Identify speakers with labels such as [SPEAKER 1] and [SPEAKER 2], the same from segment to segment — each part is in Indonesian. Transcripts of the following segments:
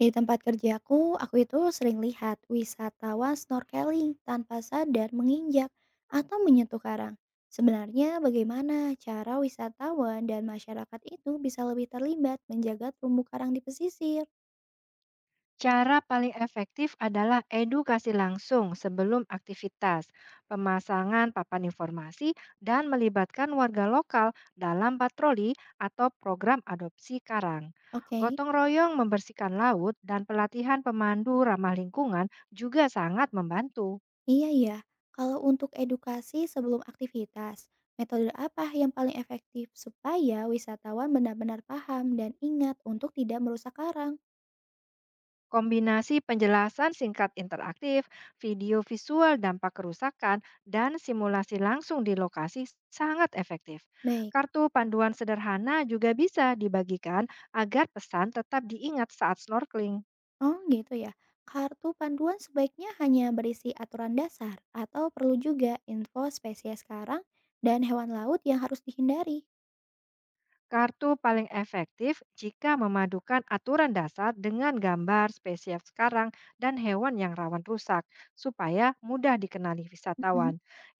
[SPEAKER 1] Di tempat kerjaku, aku itu sering lihat wisatawan snorkeling tanpa sadar menginjak atau menyentuh karang. Sebenarnya bagaimana cara wisatawan dan masyarakat itu bisa lebih terlibat menjaga terumbu karang di pesisir?
[SPEAKER 2] Cara paling efektif adalah edukasi langsung sebelum aktivitas, pemasangan papan informasi, dan melibatkan warga lokal dalam patroli atau program adopsi karang.
[SPEAKER 1] Oke,
[SPEAKER 2] Gotong royong membersihkan laut dan pelatihan pemandu ramah lingkungan juga sangat membantu.
[SPEAKER 1] iya ya. Kalau untuk edukasi sebelum aktivitas, metode apa yang paling efektif supaya wisatawan benar-benar paham dan ingat untuk tidak merusak karang?
[SPEAKER 2] Kombinasi penjelasan singkat interaktif, video visual dampak kerusakan, dan simulasi langsung di lokasi sangat efektif.
[SPEAKER 1] Baik.
[SPEAKER 2] Kartu panduan sederhana juga bisa dibagikan agar pesan tetap diingat saat snorkeling.
[SPEAKER 1] Oh gitu ya. Kartu panduan sebaiknya hanya berisi aturan dasar atau perlu juga info spesies karang dan hewan laut yang harus dihindari.
[SPEAKER 2] Kartu paling efektif jika memadukan aturan dasar dengan gambar spesies sekarang dan hewan yang rawan rusak, supaya mudah dikenali wisatawan.
[SPEAKER 1] Mm-mm.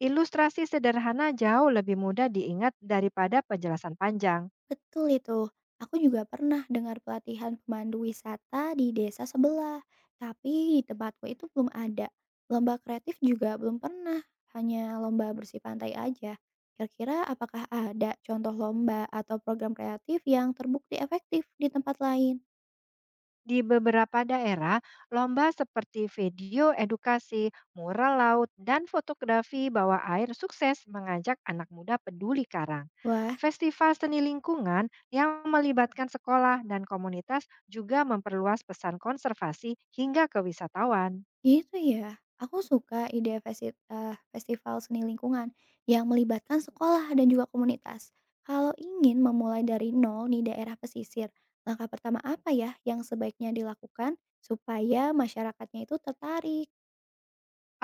[SPEAKER 2] Ilustrasi sederhana jauh lebih mudah diingat daripada penjelasan panjang.
[SPEAKER 1] Betul itu. Aku juga pernah dengar pelatihan pemandu wisata di desa sebelah, tapi di tempatku itu belum ada. Lomba kreatif juga belum pernah, hanya lomba bersih pantai aja. Kira-kira apakah ada contoh lomba atau program kreatif yang terbukti efektif di tempat lain?
[SPEAKER 2] Di beberapa daerah, lomba seperti video edukasi, mural laut, dan fotografi bawah air sukses mengajak anak muda peduli karang.
[SPEAKER 1] Wah,
[SPEAKER 2] Festival seni lingkungan yang melibatkan sekolah dan komunitas juga memperluas pesan konservasi hingga ke wisatawan.
[SPEAKER 1] gitu ya? Aku suka ide festival seni lingkungan yang melibatkan sekolah dan juga komunitas. Kalau ingin memulai dari nol di daerah pesisir, langkah pertama apa ya yang sebaiknya dilakukan supaya masyarakatnya itu tertarik?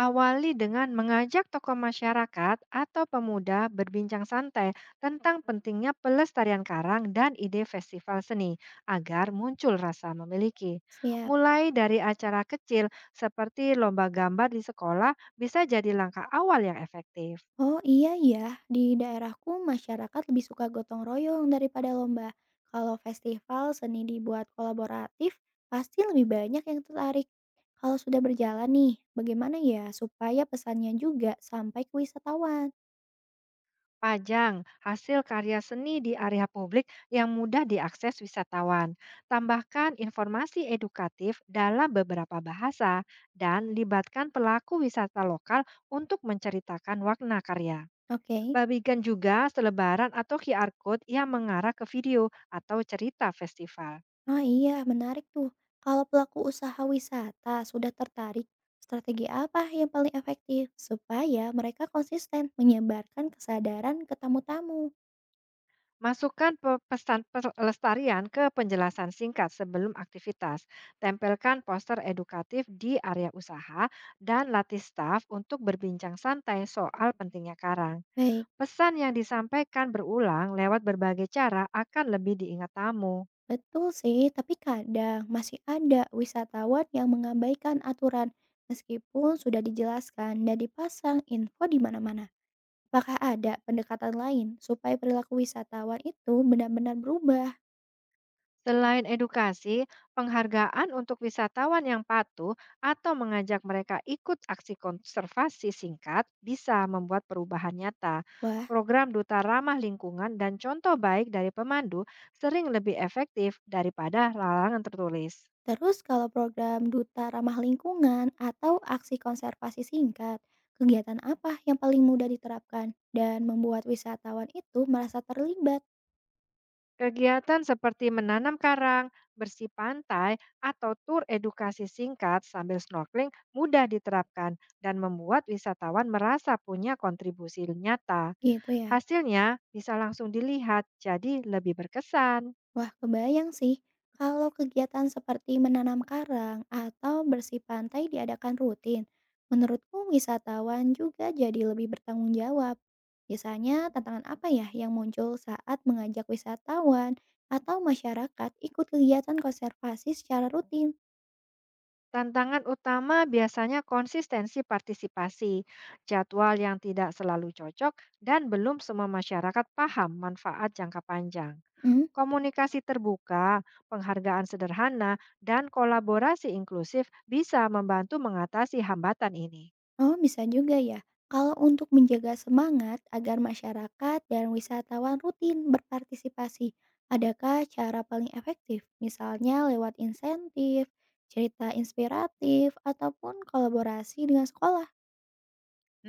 [SPEAKER 2] Awali dengan mengajak tokoh masyarakat atau pemuda berbincang santai tentang pentingnya pelestarian karang dan ide festival seni agar muncul rasa memiliki.
[SPEAKER 1] Siap.
[SPEAKER 2] Mulai dari acara kecil seperti lomba gambar di sekolah bisa jadi langkah awal yang efektif.
[SPEAKER 1] Oh iya ya, di daerahku masyarakat lebih suka gotong royong daripada lomba. Kalau festival seni dibuat kolaboratif, pasti lebih banyak yang tertarik. Kalau sudah berjalan nih, bagaimana ya supaya pesannya juga sampai ke wisatawan?
[SPEAKER 2] Pajang hasil karya seni di area publik yang mudah diakses wisatawan. Tambahkan informasi edukatif dalam beberapa bahasa dan libatkan pelaku wisata lokal untuk menceritakan warna karya.
[SPEAKER 1] Oke,
[SPEAKER 2] Bagikan juga selebaran atau QR code yang mengarah ke video atau cerita festival.
[SPEAKER 1] oh iya menarik tuh. Kalau pelaku usaha wisata sudah tertarik, strategi apa yang paling efektif supaya mereka konsisten menyebarkan kesadaran ke tamu-tamu?
[SPEAKER 2] Masukkan pesan pelestarian ke penjelasan singkat sebelum aktivitas. Tempelkan poster edukatif di area usaha dan latih staf untuk berbincang santai soal pentingnya karang.
[SPEAKER 1] Baik.
[SPEAKER 2] Pesan yang disampaikan berulang lewat berbagai cara akan lebih diingat tamu.
[SPEAKER 1] Betul sih, tapi kadang masih ada wisatawan yang mengabaikan aturan meskipun sudah dijelaskan dan dipasang info di mana-mana. Apakah ada pendekatan lain supaya perilaku wisatawan itu benar-benar berubah?
[SPEAKER 2] Selain edukasi, penghargaan untuk wisatawan yang patuh atau mengajak mereka ikut aksi konservasi singkat bisa membuat perubahan nyata.
[SPEAKER 1] Wah,
[SPEAKER 2] Program Duta Ramah Lingkungan dan contoh baik dari pemandu sering lebih efektif daripada larangan tertulis.
[SPEAKER 1] terus kalau program Duta Ramah Lingkungan atau aksi konservasi singkat, kegiatan apa yang paling mudah diterapkan dan membuat wisatawan itu merasa terlibat?
[SPEAKER 2] Kegiatan seperti menanam karang, bersih pantai, atau tur edukasi singkat sambil snorkeling mudah diterapkan dan membuat wisatawan merasa punya kontribusi nyata.
[SPEAKER 1] Gitu ya.
[SPEAKER 2] Hasilnya bisa langsung dilihat, jadi lebih berkesan.
[SPEAKER 1] Wah, kebayang sih. Kalau kegiatan seperti menanam karang atau bersih pantai diadakan rutin, menurutku wisatawan juga jadi lebih bertanggung jawab. Biasanya tantangan apa ya yang muncul saat mengajak wisatawan atau masyarakat ikut kegiatan konservasi secara rutin?
[SPEAKER 2] Tantangan utama biasanya konsistensi partisipasi, jadwal yang tidak selalu cocok, dan belum semua masyarakat paham manfaat jangka panjang.
[SPEAKER 1] Hmm?
[SPEAKER 2] Komunikasi terbuka, penghargaan sederhana, dan kolaborasi inklusif bisa membantu mengatasi hambatan ini.
[SPEAKER 1] Oh, bisa juga ya. Kalau untuk menjaga semangat agar masyarakat dan wisatawan rutin berpartisipasi, adakah cara paling efektif? Misalnya lewat insentif, cerita inspiratif, ataupun kolaborasi dengan sekolah.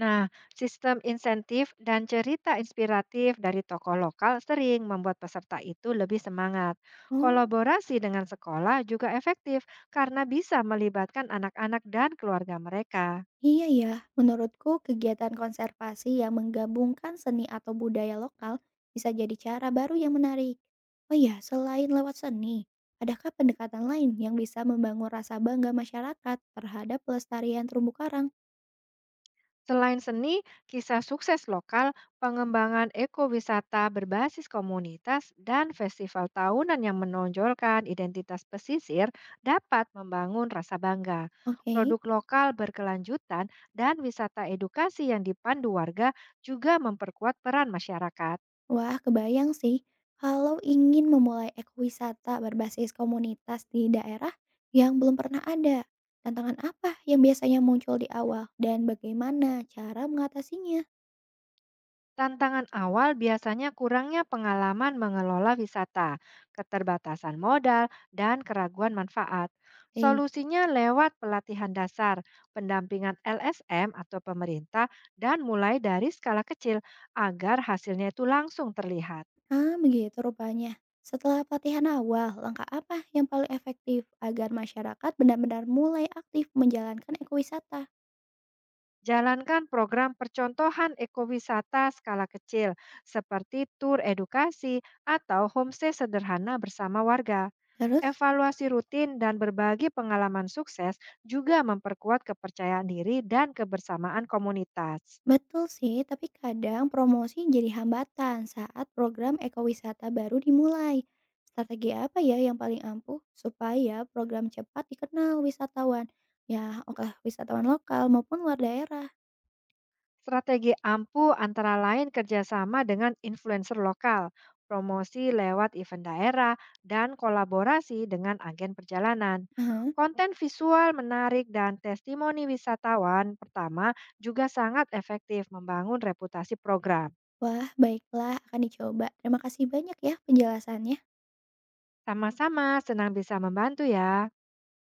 [SPEAKER 2] Nah, sistem insentif dan cerita inspiratif dari tokoh lokal sering membuat peserta itu lebih semangat.
[SPEAKER 1] Oh,
[SPEAKER 2] Kolaborasi dengan sekolah juga efektif karena bisa melibatkan anak-anak dan keluarga mereka.
[SPEAKER 1] iya ya, menurutku kegiatan konservasi yang menggabungkan seni atau budaya lokal bisa jadi cara baru yang menarik. Oh iya, selain lewat seni, adakah pendekatan lain yang bisa membangun rasa bangga masyarakat terhadap pelestarian terumbu karang?
[SPEAKER 2] Selain seni, kisah sukses lokal, pengembangan ekowisata berbasis komunitas, dan festival tahunan yang menonjolkan identitas pesisir dapat membangun rasa bangga.
[SPEAKER 1] Oke,
[SPEAKER 2] Produk lokal berkelanjutan dan wisata edukasi yang dipandu warga juga memperkuat peran masyarakat.
[SPEAKER 1] wah kebayang sih. Kalau ingin memulai ekowisata berbasis komunitas di daerah yang belum pernah ada, tantangan apa yang biasanya muncul di awal dan bagaimana cara mengatasinya?
[SPEAKER 2] Tantangan awal biasanya kurangnya pengalaman mengelola wisata, keterbatasan modal, dan keraguan manfaat.
[SPEAKER 1] Baik.
[SPEAKER 2] Solusinya lewat pelatihan dasar, pendampingan LSM atau pemerintah, dan mulai dari skala kecil agar hasilnya itu langsung terlihat.
[SPEAKER 1] Ah, begitu rupanya. Setelah pelatihan awal, langkah apa yang paling efektif agar masyarakat benar-benar mulai aktif menjalankan ekowisata?
[SPEAKER 2] Jalankan program percontohan ekowisata skala kecil, seperti tur edukasi atau homestay sederhana bersama warga.
[SPEAKER 1] Terus,
[SPEAKER 2] Evaluasi rutin dan berbagi pengalaman sukses juga memperkuat kepercayaan diri dan kebersamaan komunitas.
[SPEAKER 1] betul sih, tapi kadang promosi jadi hambatan saat program ekowisata baru dimulai. Strategi apa ya yang paling ampuh supaya program cepat dikenal wisatawan? Ya, oleh wisatawan lokal maupun luar daerah.
[SPEAKER 2] Strategi ampuh antara lain kerjasama dengan influencer lokal, promosi lewat event daerah, dan kolaborasi dengan agen perjalanan.
[SPEAKER 1] Aha.
[SPEAKER 2] Konten visual menarik dan testimoni wisatawan pertama juga sangat efektif membangun reputasi program.
[SPEAKER 1] Wah, baiklah akan dicoba. Terima kasih banyak ya penjelasannya.
[SPEAKER 2] Sama-sama senang bisa membantu ya.